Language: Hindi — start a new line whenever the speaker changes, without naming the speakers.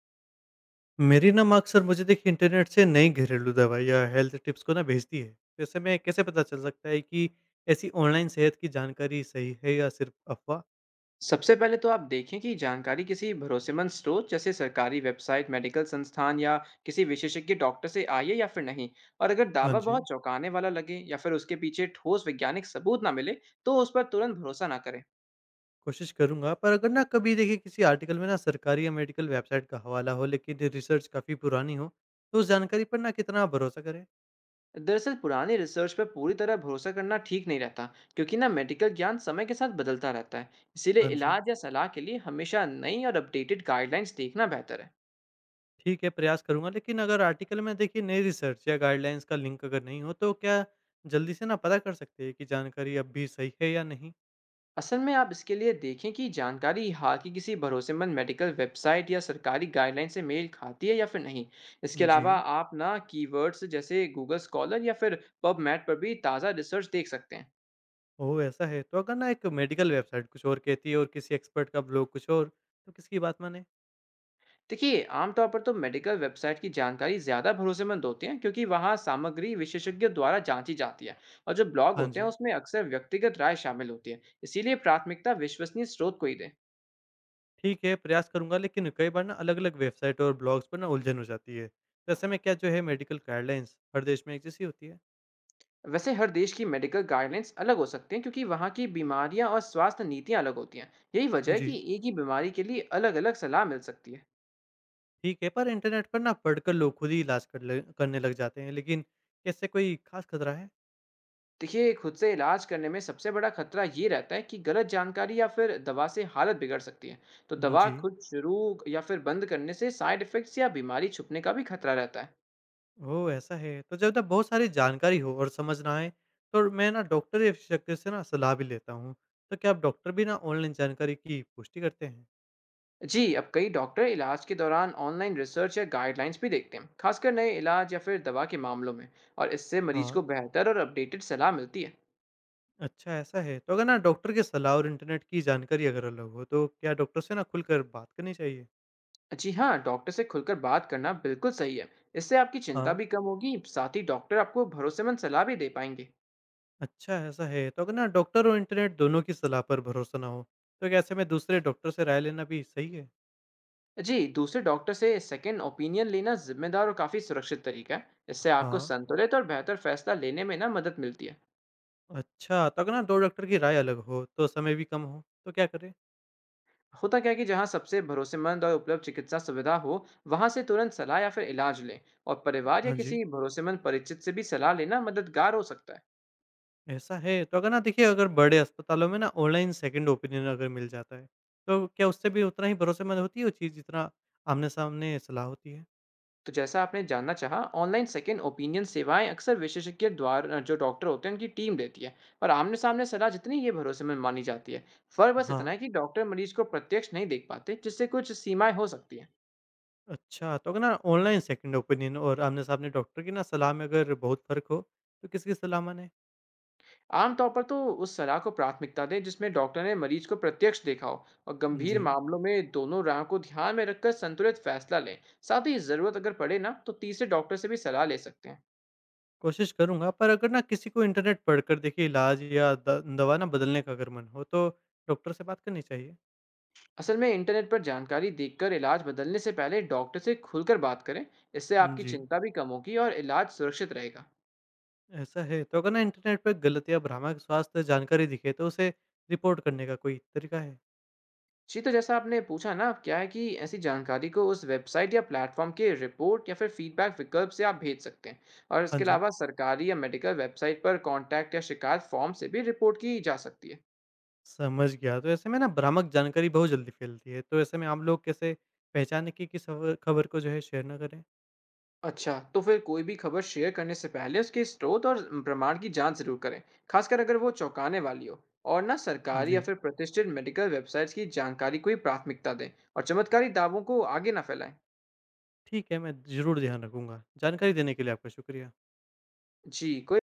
मेरी ना माँ अक्सर मुझे देखिए इंटरनेट से नई घरेलू दवाई या हेल्थ टिप्स को ना भेजती है। तो ऐसे में कैसे पता चल सकता है कि ऐसी ऑनलाइन सेहत की जानकारी सही है या सिर्फ अफवाह।
सबसे पहले तो आप देखें कि जानकारी किसी भरोसेमंद स्रोत जैसे सरकारी वेबसाइट, मेडिकल संस्थान या किसी विशेषज्ञ डॉक्टर से आई है या फिर नहीं। और अगर
हाँ
दावा
जी।
बहुत चौंकाने वाला लगे या फिर उसके पीछे ठोस वैज्ञानिक सबूत ना मिले, तो उस पर तुरंत भरोसा ना करें।
कोशिश करूंगा पर अगर ना कभी देखिए किसी आर्टिकल में ना सरकारी या मेडिकल वेबसाइट का हवाला हो लेकिन रिसर्च काफ़ी पुरानी हो तो उस जानकारी पर ना कितना भरोसा करें।
दरअसल पुरानी रिसर्च पर पूरी तरह भरोसा करना ठीक नहीं रहता, क्योंकि ना मेडिकल ज्ञान समय के साथ बदलता रहता है। इसीलिए
हाँ जी।
इलाज या सलाह के लिए हमेशा नई और अपडेटेड गाइडलाइंस देखना बेहतर है।
ठीक है प्रयास करूंगा लेकिन अगर आर्टिकल में देखिए नई रिसर्च या गाइडलाइंस का लिंक अगर नहीं हो तो क्या जल्दी से ना पता कर सकते हैं कि जानकारी अब भी सही है या नहीं।
असल में आप इसके लिए देखें कि जानकारी हाल की किसी भरोसेमंद मेडिकल वेबसाइट या सरकारी गाइडलाइन से मेल खाती है या फिर नहीं। इसके
जी।
अलावा आप ना कीवर्ड्स जैसे गूगल स्कॉलर या फिर पबमेड पर भी ताज़ा रिसर्च देख सकते हैं।
ओह! ऐसा है। तो अगर ना एक मेडिकल वेबसाइट कुछ और कहती है और किसी एक्सपर्ट का ब्लॉग कुछ और, तो किसकी बात मानें?
देखिए आमतौर पर तो मेडिकल वेबसाइट की जानकारी ज़्यादा भरोसेमंद होती है, क्योंकि वहाँ सामग्री विशेषज्ञ द्वारा जांची जाती है। और जो ब्लॉग
हाँ
होते हैं
जी।
उसमें अक्सर व्यक्तिगत राय शामिल होती है, इसीलिए प्राथमिकता विश्वसनीय स्रोत को ही दें।
ठीक है, प्रयास करूँगा लेकिन कई बार ना अलग-अलग वेबसाइट और ब्लॉग्स पर ना उलझन हो जाती है। तो ऐसे में क्या जो है मेडिकल गाइडलाइंस हर देश में एक जैसी होती है?
वैसे हर देश की मेडिकल गाइडलाइंस अलग हो सकते हैं, क्योंकि वहाँ की बीमारियाँ और स्वास्थ्य नीतियाँ अलग होती हैं। यही वजह है
जी।
कि एक ही बीमारी के लिए अलग अलग सलाह मिल सकती है।
ठीक है, पर इंटरनेट पर ना पढ़कर लोग खुद ही इलाज कर ले करने लग जाते हैं, लेकिन क्या इससे कोई खास खतरा है?
देखिए खुद से इलाज करने में सबसे बड़ा खतरा ये रहता है कि गलत जानकारी या फिर दवा से हालत बिगड़ सकती है। तो
हुँ,
दवा
जी।
खुद शुरू या फिर बंद करने से साइड इफेक्ट्स या बीमारी छुपने का भी खतरा रहता है।
ओह! ऐसा है। तो जब ना बहुत सारी जानकारी हो और समझ ना आए, तो मैं ना डॉक्टर या विशेषज्ञ से ना सलाह भी लेता हूँ। तो क्या आप डॉक्टर भी ना ऑनलाइन जानकारी की पुष्टि करते हैं?
जी, अब कई डॉक्टर इलाज के दौरान ऑनलाइन रिसर्च या गाइडलाइंस भी देखते हैं, खासकर नए इलाज या फिर दवा के मामलों में। और इससे मरीज को
हाँ।
बेहतर और अपडेटेड सलाह मिलती है।
अच्छा ऐसा है। तो अगर ना डॉक्टर की सलाह और इंटरनेट की जानकारी अगर अलग हो, तो क्या डॉक्टर से ना खुलकर बात करनी चाहिए?
जी हाँ, डॉक्टर से खुलकर बात करना बिल्कुल सही है। इससे आपकी चिंता
हाँ।
भी कम होगी, साथ ही डॉक्टर आपको भरोसेमंद सलाह भी दे पाएंगे।
अच्छा ऐसा है। तो अगर ना डॉक्टर और इंटरनेट दोनों की सलाह पर भरोसा ना हो, तो क्या ऐसे में दूसरे डॉक्टर से राय लेना भी सही है?
जी, दूसरे डॉक्टर से सेकंड ओपिनियन लेना जिम्मेदार और काफ़ी सुरक्षित तरीका है। इससे आपको
हाँ।
संतुलित और बेहतर फैसला लेने में ना मदद मिलती है।
अच्छा, तो अगर ना 2 डॉक्टर की राय अलग हो, तो समय भी कम हो, तो क्या करें?
होता क्या है कि जहाँ सबसे भरोसेमंद और उपलब्ध चिकित्सा सुविधा हो, वहाँ से तुरंत सलाह या फिर इलाज लें। और परिवार या
हाँ जी।
किसी भरोसेमंद परिचित से भी सलाह लेना मददगार हो सकता है।
ऐसा है? तो अगर ना देखिए अगर बड़े अस्पतालों में ना ऑनलाइन सेकंड ओपिनियन अगर मिल जाता है, तो क्या उससे भी उतना ही भरोसेमंद होती है वो चीज़ जितना आमने-सामने सलाह होती है?
तो जैसा आपने जानना चाहा, ऑनलाइन सेकंड ओपिनियन सेवाएं अक्सर विशेषज्ञ द्वारा जो डॉक्टर होते हैं उनकी टीम देती है। और आमने सामने सलाह जितनी ये भरोसेमंद मानी जाती है। फर्क बस
हाँ।
इतना है कि डॉक्टर मरीज को प्रत्यक्ष नहीं देख पाते, जिससे कुछ सीमाएं हो सकती हैं।
अच्छा, तो अगर ना ऑनलाइन सेकंड ओपिनियन और आमने-सामने डॉक्टर की ना सलाह में अगर बहुत फ़र्क हो, तो किसकी सलाह मानें?
आमतौर पर तो उस सलाह को प्राथमिकता दें जिसमें डॉक्टर ने मरीज को प्रत्यक्ष देखा हो, और गंभीर
जी।
मामलों में दोनों राह को ध्यान में रखकर संतुलित फैसला लें। साथ ही जरूरत अगर पड़े ना, तो तीसरे डॉक्टर से भी सलाह ले सकते हैं।
कोशिश करूँगा, पर अगर ना किसी को इंटरनेट पढ़कर देखिए इलाज या द दवा ना बदलने का अगर मन हो, तो डॉक्टर से बात करनी चाहिए?
असल में इंटरनेट पर जानकारी देखकर इलाज बदलने से पहले डॉक्टर से खुलकर बात करें। इससे आपकी
जी।
चिंता भी कम होगी और इलाज सुरक्षित रहेगा।
ऐसा है, तो अगर ना इंटरनेट पर गलत या भ्रामक स्वास्थ्य जानकारी दिखे तो उसे रिपोर्ट करने का कोई तरीका है?
जी, तो जैसा आपने पूछा ना, अब क्या है कि ऐसी जानकारी को उस वेबसाइट या प्लेटफॉर्म के रिपोर्ट या फिर फीडबैक विकल्प से आप भेज सकते हैं। और
हाँ
इसके
जी।
अलावा सरकारी या मेडिकल वेबसाइट पर कॉन्टैक्ट या शिकायत फॉर्म से भी रिपोर्ट की जा सकती है।
समझ गया। तो ऐसे में ना भ्रामक जानकारी बहुत जल्दी फैलती है, तो ऐसे में आम लोग कैसे पहचाने कि किस खबर खबर को जो है शेयर ना करें?
अच्छा, तो फिर कोई भी खबर शेयर करने से पहले उसके स्रोत और प्रमाण की जांच ज़रूर करें, खासकर अगर वो चौंकाने वाली हो। और ना सरकारी या
जी।
फिर प्रतिष्ठित मेडिकल वेबसाइट्स की जानकारी को ही प्राथमिकता दें और चमत्कारी दावों को आगे ना फैलाएं।
ठीक है, मैं ज़रूर ध्यान रखूंगा। जानकारी देने के लिए आपका शुक्रिया।
जी, कोई